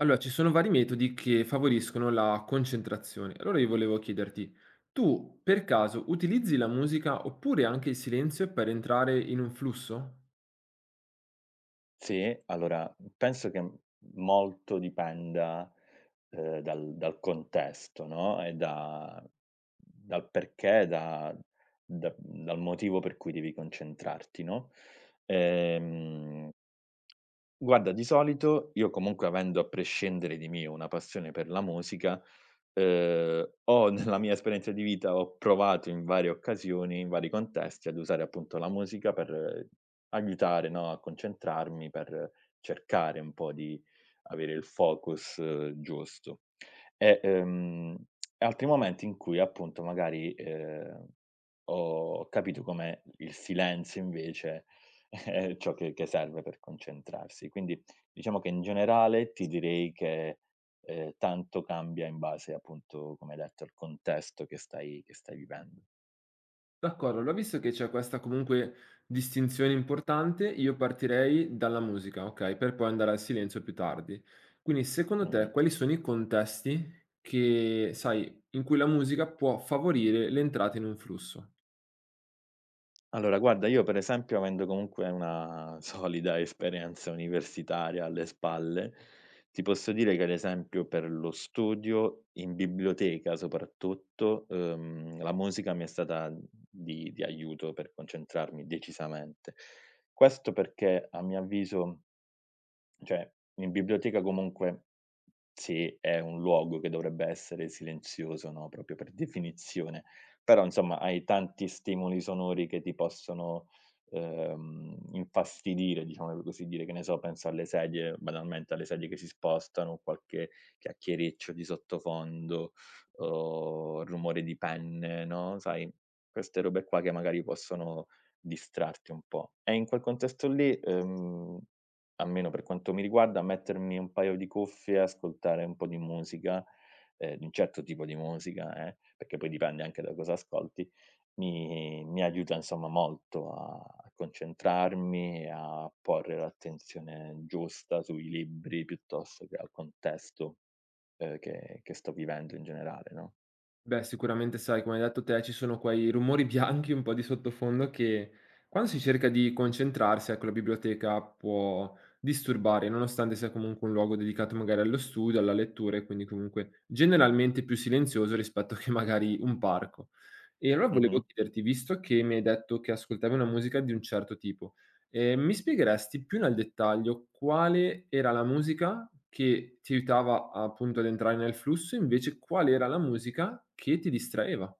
Allora, ci sono vari metodi che favoriscono la concentrazione. Allora io volevo chiederti, tu per caso utilizzi la musica oppure anche il silenzio per entrare in un flusso? Sì, allora penso che m molto dipenda, dal contesto, no, e da dal perché, da da dal motivo per cui devi concentrarti, no, ehm guarda, di solito io comunque avendo a prescindere di mio una passione per la musica, ho nella mia esperienza di vita ho provato in varie occasioni, in vari contesti, ad usare appunto la musica per aiutare, no, a concentrarmi, per cercare un po' di avere il focus, giusto. E, ehm, Altri momenti in cui appunto magari, ho capito come il silenzio invece, ciò che serve per concentrarsi. Quindi diciamo che in generale ti direi che, tanto cambia in base appunto, come hai detto, al contesto che stai vivendo. D'accordo, allora visto che c'è questa comunque distinzione importante, io partirei dalla musica, ok? Per poi andare al silenzio più tardi. Quindi secondo Mh-mh. te quali sono i contesti che, sai, in cui la musica può favorire l'entrata in un flusso? Allora guarda, io per esempio avendo comunque una solida esperienza universitaria alle spalle, ti posso dire che ad esempio per lo studio in biblioteca soprattutto, la musica mi è stata di aiuto per concentrarmi decisamente. Questo perché a mio avviso, cioè, in biblioteca comunque sì, è un luogo che dovrebbe essere silenzioso, no, proprio per definizione, però insomma hai tanti stimoli sonori che ti possono, infastidire, diciamo per così dire, che ne so, penso alle sedie, banalmente alle sedie che si spostano, qualche chiacchiereccio di sottofondo, o rumore di penne, no, sai, queste robe qua che magari possono distrarti un po'. E in quel contesto lì, almeno per quanto mi riguarda, mettermi un paio di cuffie, ascoltare un po' di musica, di un certo tipo di musica, perché poi dipende anche da cosa ascolti, mi aiuta insomma molto a concentrarmi, a porre l'attenzione giusta sui libri piuttosto che al contesto, che sto vivendo in generale, no. Beh, sicuramente sai, come hai detto te, ci sono quei rumori bianchi un po' di sottofondo che quando si cerca di concentrarsi, ecco, la biblioteca può disturbare, nonostante sia comunque un luogo dedicato magari allo studio, alla lettura e quindi comunque generalmente più silenzioso rispetto che magari un parco. E allora volevo Mh-mh. chiederti, visto che mi hai detto che ascoltavi una musica di un certo tipo, mi spiegheresti più nel dettaglio quale era la musica che ti aiutava appunto ad entrare nel flusso, invece qual era la musica che ti distraeva?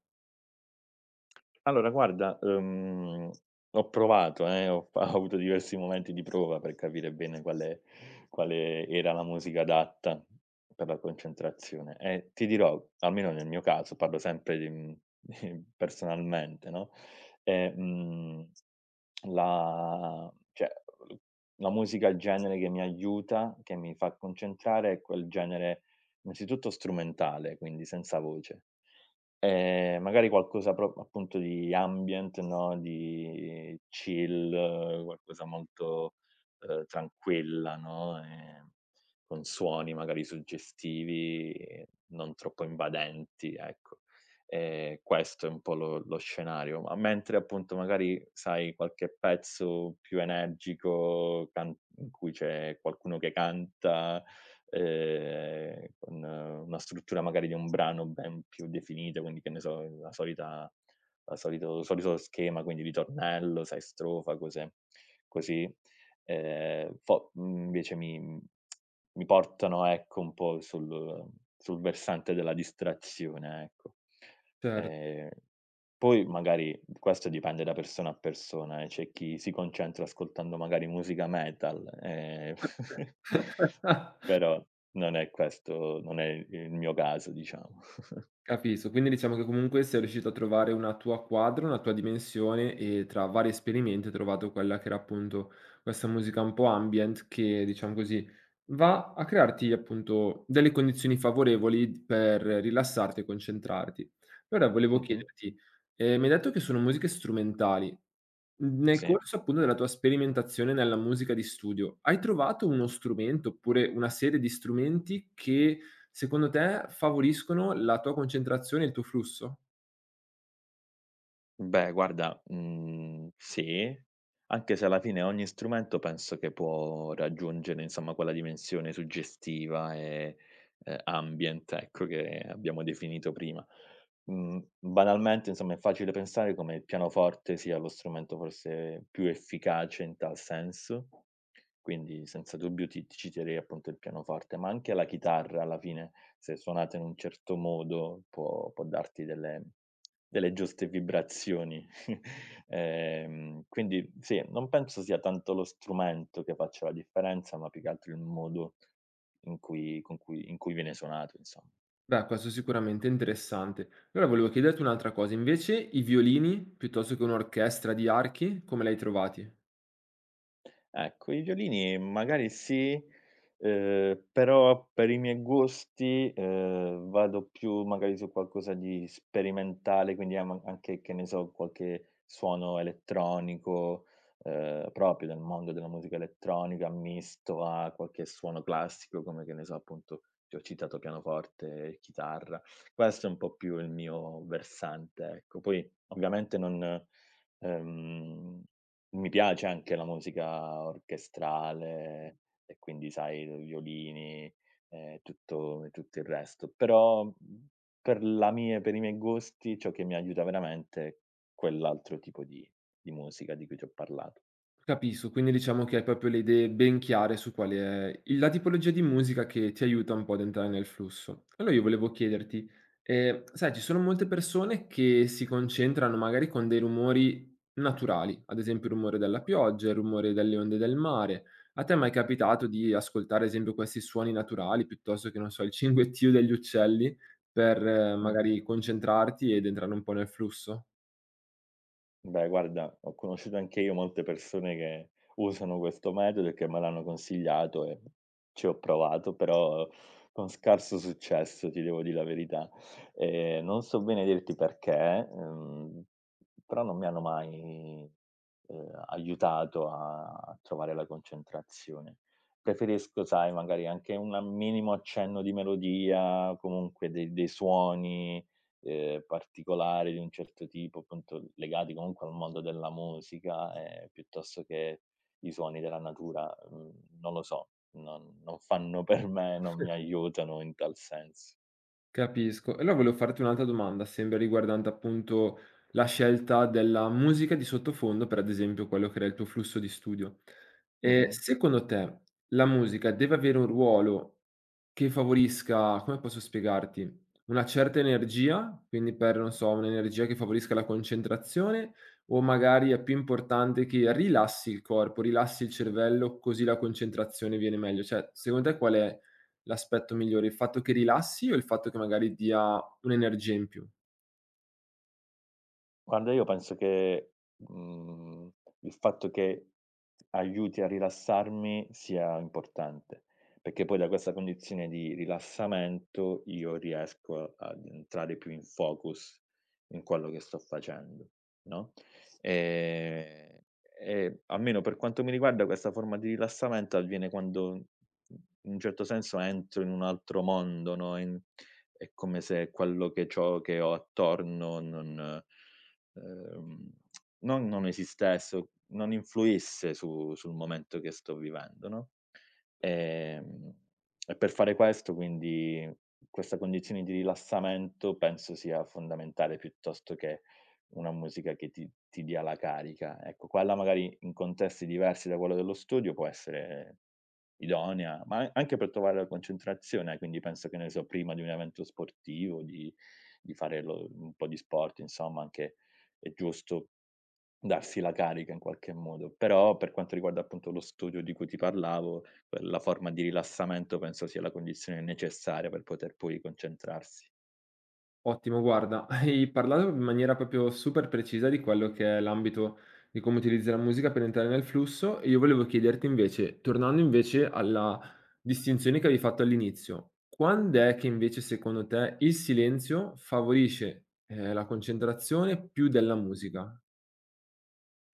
Allora guarda, ho provato, ho fa ho avuto diversi momenti di prova per capire bene quale era la musica adatta per la concentrazione e ti dirò, almeno nel mio caso, parlo sempre di personalmente, no, ehm, mhmm, la cioè, uhm, la musica, il genere che mi aiuta, che mi fa concentrare è quel genere innanzitutto strumentale, quindi senza voce. Magari qualcosa pro appunto di ambient, no, di chill, qualcosa molto, tranquilla, no, con suoni magari suggestivi, non troppo invadenti, ecco. Questo è un po' lo scenario, ma mentre appunto magari, sai, qualche pezzo più energico, can in cui c'è qualcuno che canta, con, una struttura magari di un brano ben più definita, quindi che ne so, la solita la solito il solito schema, quindi ritornello, sai, strofa, cose così. Invece mi portano, ecco, un po' sul versante della distrazione, ecco. Cer Ehm, Poi magari questo dipende da persona a persona, c'è chi si concentra ascoltando magari musica metal, però non è il mio caso diciamo. Capisco, quindi diciamo che comunque sei riuscito a trovare una tua quadra, una tua dimensione e tra vari esperimenti hai trovato quella che era appunto questa musica un po' ambient che, diciamo così, va a crearti appunto delle condizioni favorevoli per rilassarti e concentrarti. Allora volevo Mh-mh, chiederti, mi hai detto che sono musiche strumentali, Mhmm, nel sì. corso appunto della tua sperimentazione nella musica di studio, hai trovato uno strumento, oppure una serie di strumenti che secondo te favoriscono la tua concentrazione e il tuo flusso? Beh guarda, sì, anche se alla fine ogni strumento penso che può raggiungere insomma quella dimensione suggestiva e, ambient, ecco, che abbiamo definito prima. Mhmm, banalmente insomma è facile pensare come il pianoforte sia lo strumento forse più efficace in tal senso. Quindi senza dubbio ti citerei appunto il pianoforte, ma anche la chitarra alla fine, se suonata in un certo modo, può darti delle giuste vibrazioni. Quindi sì, non penso sia tanto lo strumento che faccia la differenza, ma più che altro il modo in cui viene suonato, insom Beh, questo sicuramente è interessante. Allora volevo chiederti un'altra cosa, invece i violini piuttosto che un'orchestra di archi, come li hai trovati? ecco, i violini magari sì, però per i miei gusti, vado più magari su qualcosa di sperimentale, quindi a ma anche, che ne so, qualche suono elettronico, proprio del mondo della musica elettronica, misto a qualche suono classico come, che ne so, appunto, ti ho citato pianoforte e chitarra. Questo è un po' più il mio versante, ecco. Poi ovviamente non, ehm mi piace anche la musica orchestrale e quindi sai, violini e tutto il resto, però, per i miei gusti, ciò che mi aiuta veramente è quell'altro tipo di musica di cui ti ho parlato. Capisco, quindi diciamo che hai proprio le idee ben chiare su qual è il la tipologia di musica che ti aiuta un po' ad entrare nel flusso. Allora io volevo chiederti, sai ci sono molte persone che si concentrano magari con dei rumori naturali, ad esempio il rumore della pioggia, il rumore delle onde del mare. A te è mai capitato di ascoltare, ad esempio, questi suoni naturali piuttosto che, non so, il cinguettio degli uccelli per Mh-mh. magari concentrarti ed entrare un po' nel flusso? Beh, guarda, ho conosciuto anche io molte persone che usano questo metodo e che me l'hanno consigliato e ci ho provato, però con scarso successo, ti devo dire la verità. Non so bene dirti perché, però non mi hanno mai, aiutato a trovare la concentrazione. Preferisco, sai, magari anche un a minimo accenno di melodia, comunque dei suoni, particolari di un certo tipo, appunto legati comunque al mondo della musica, piuttosto che i suoni della natura, mhmm, non lo so, non fanno per me, non mi aiutano in tal senso. Capisco. E allora volevo farti un'altra domanda, sempre riguardante appunto la scelta della musica di sottofondo per ad esempio quello che era il tuo flusso di studio. Mh-mh. Secondo te la musica deve avere un ruolo che favorisca, come posso spiegarti, una certa energia, quindi per, non so, un'energia che favorisca la concentrazione o magari è più importante che rilassi il corpo, rilassi il cervello, così la concentrazione viene meglio? Cioè, secondo te qual è l'aspetto migliore? Il fatto che rilassi o il fatto che magari dia un'energia in più? Guarda, io penso che, il fatto che aiuti a rilassarmi sia importante, perché poi da questa condizione di rilassamento io riesco ad entrare più in focus in quello che sto facendo, no, ehm, e almeno per quanto mi riguarda questa forma di rilassamento avviene quando, mhmm, in un certo senso entro in un altro mondo, no, in è come se quello che c'ho che ho attorno Ehm, non esistesse o non influisse su sul momento che sto vivendo, no, ehm, e per fare questo quindi questa condizione di rilassamento penso sia fondamentale piuttosto che una musica che ti dia la carica. Ecco, quella magari in contesti diversi da quello dello studio può essere idonea, ma a anche per trovare la concentrazione, quindi penso che ne so, prima di un evento sportivo, di fare lo un po' di sport, insomma anche è giusto darsi la carica in qualche modo. Però per quanto riguarda appunto lo studio di cui ti parlavo, quella forma di rilassamento penso sia la condizione necessaria per poter poi concentrarsi. Ottimo, guarda, hai parlato in maniera proprio super precisa di quello che è l'ambito di come utilizzi la musica per entrare nel flusso e io volevo chiederti invece, tornando invece alla distinzione che avevi fatto all'inizio, quando è che invece secondo te il silenzio favorisce, la concentrazione più della musica?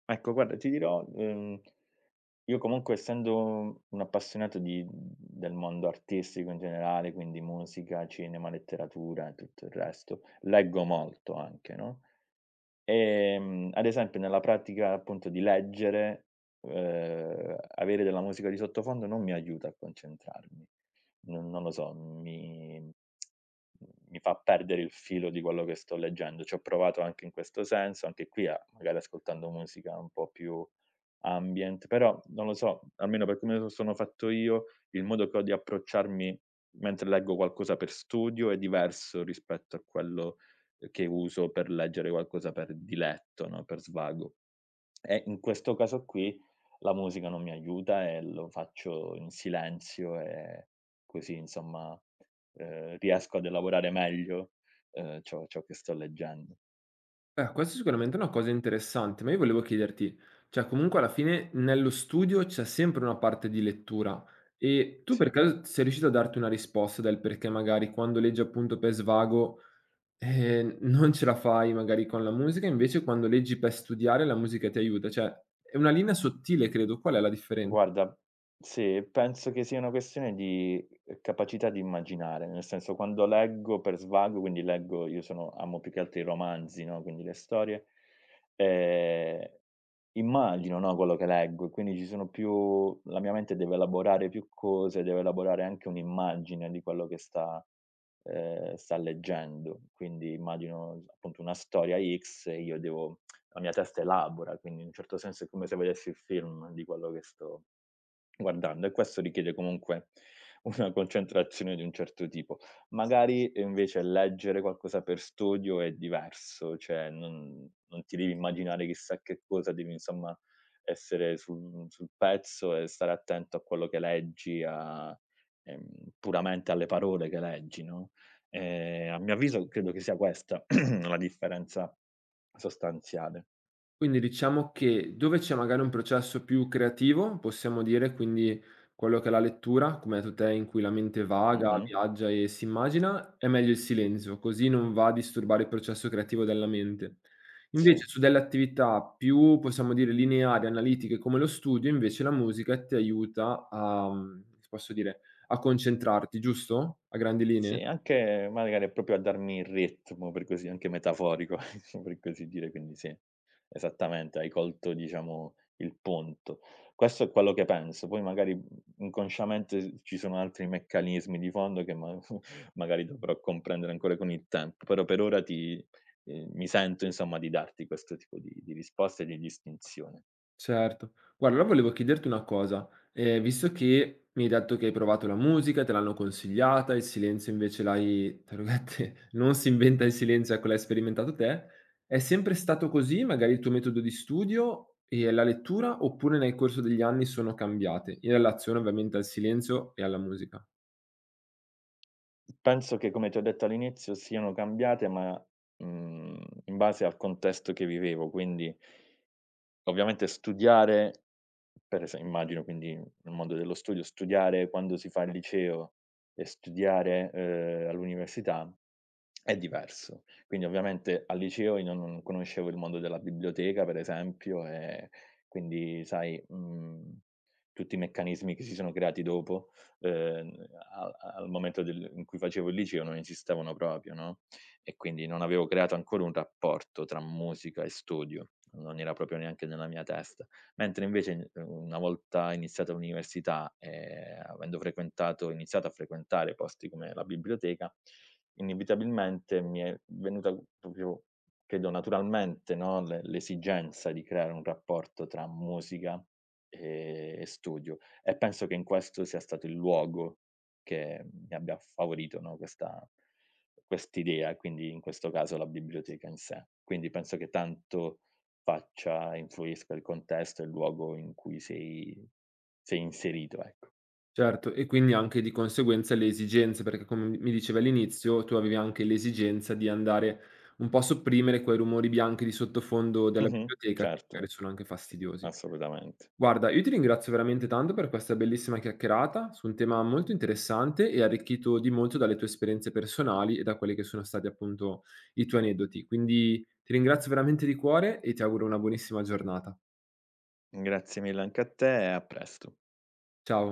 Ecco, guarda, ti dirò, io comunque essendo un appassionato di del mondo artistico in generale, quindi musica, cinema, letteratura e tutto il resto, leggo molto anche, no. Ad esempio nella pratica appunto di leggere, avere della musica di sottofondo non mi aiuta a concentrarmi. Non lo so, mi fa perdere il filo di quello che sto leggendo. Ci ho provato anche in questo senso, anche qui, a magari ascoltando musica un po' più ambient, però non lo so, almeno per come sono fatto io, il modo che ho di approcciarmi mentre leggo qualcosa per studio è diverso rispetto a quello, che uso per leggere qualcosa per diletto, no, per svago. E in questo caso qui la musica non mi aiuta e lo faccio in silenzio e così insomma, riesco ad elaborare meglio, ciò che sto leggendo. Questa sicuramente è sicuramente una cosa interessante, ma io volevo chiederti, cioè comunque alla fine nello studio c'è sempre una parte di lettura e tu per Sì. caso sei riuscito a darti una risposta del perché magari quando leggi appunto per svago non ce la fai magari con la musica, invece quando leggi per studiare la musica ti aiuta, cioè è una linea sottile credo, qual è la differenza? Guarda, sì, penso che sia una questione di, capacità di immaginare, nel senso quando leggo per svago, quindi leggo io sono amo più che altro i romanzi, no, quindi le storie, ehm, immagino, no, quello che leggo e quindi ci sono più la mia mente deve elaborare più cose, deve elaborare anche un'immagine di quello che sta leggendo. Quindi immagino, appunto, una storia X e io devo la mia testa elabora, quindi in un certo senso è come se vedessi il film di quello che sto guardando e questo richiede comunque una concentrazione di un certo tipo. Magari, invece leggere qualcosa per studio è diverso, cioè non ti devi immaginare chissà che cosa, devi insomma essere sul pezzo e stare attento a quello che leggi, a, puramente alle parole che leggi, no, a mio avviso credo che sia questa la differenza sostanziale. Quindi diciamo che dove c'è magari un processo più creativo, possiamo dire, quindi quello che è la lettura, come hai detto te, in cui la mente vaga, Mh-mh. viaggia e si immagina, è meglio il silenzio, così non va a disturbare il processo creativo della mente. Sì, Invece su delle attività più, possiamo dire, lineari, analitiche come lo studio, invece la musica ti aiuta a mhmm, posso dire, a concentrarti, giusto? A grandi sì, linee? anche magari proprio a darmi il ritmo, per così anche metaforico, per così dire, quindi sì, esattamente, hai colto diciamo il punto. Questo è quello che penso, poi magari, inconsciamente s ci sono altri meccanismi di fondo che ma magari dovrò comprendere ancora con il tempo, però per ora ti mi sento insomma di darti questo tipo di risposta e di distinzione. Certo. Guarda, allora volevo chiederti una cosa, visto che mi hai detto che hai provato la musica, te l'hanno consigliata, il silenzio invece l'hai, tra virgolette, "non si inventa il silenzio", ecco, l'hai sperimentato te, è sempre stato così magari il tuo metodo di studio e la lettura, oppure nel corso degli anni sono cambiate, in relazione ovviamente al silenzio e alla musica? Penso che, come ti ho detto all'inizio, siano cambiate, ma, in base al contesto che vivevo. Quindi, ovviamente studiare per ese immagino quindi nel mondo dello studio, studiare quando si fa il liceo e studiare, all'università è diverso. Quindi ovviamente al liceo io non conoscevo il mondo della biblioteca per esempio, quindi sai, tutti i meccanismi che si sono creati dopo, ehm, a al momento del in cui facevo il liceo non esistevano proprio, no? E quindi non avevo creato ancora un rapporto tra musica e studio, non era proprio neanche nella mia testa. Mentre invece in una volta iniziata l'università, avendo frequentato iniziato a frequentare posti come la biblioteca, inevitabilmente mi è venuta proprio, credo naturalmente, no, l'esigenza di creare un rapporto tra musica, e studio e penso che in questo sia stato il luogo che mi abbia favorito, no, questa quest'idea, quindi in questo caso la biblioteca in sé. Quindi penso che tanto faccia influisca il contesto e il luogo in cui sei inserito, ecco. Certo, e quindi anche di conseguenza le esigenze, perché come mi dicevi all'inizio, tu avevi anche l'esigenza di andare un po' a sopprimere quei rumori bianchi di sottofondo della Mh-mh, biblioteca che certo, magari sono anche c fastidiosi. assolutamente. Guarda, io ti ringrazio veramente tanto per questa bellissima chiacchierata su un tema molto interessante e arricchito di molto dalle tue esperienze personali e da quelli che sono stati appunto i tuoi aneddoti. Quindi ti ringrazio veramente di cuore e ti auguro una buonissima giornata. Grazie mille anche a te e a presto. Ciao.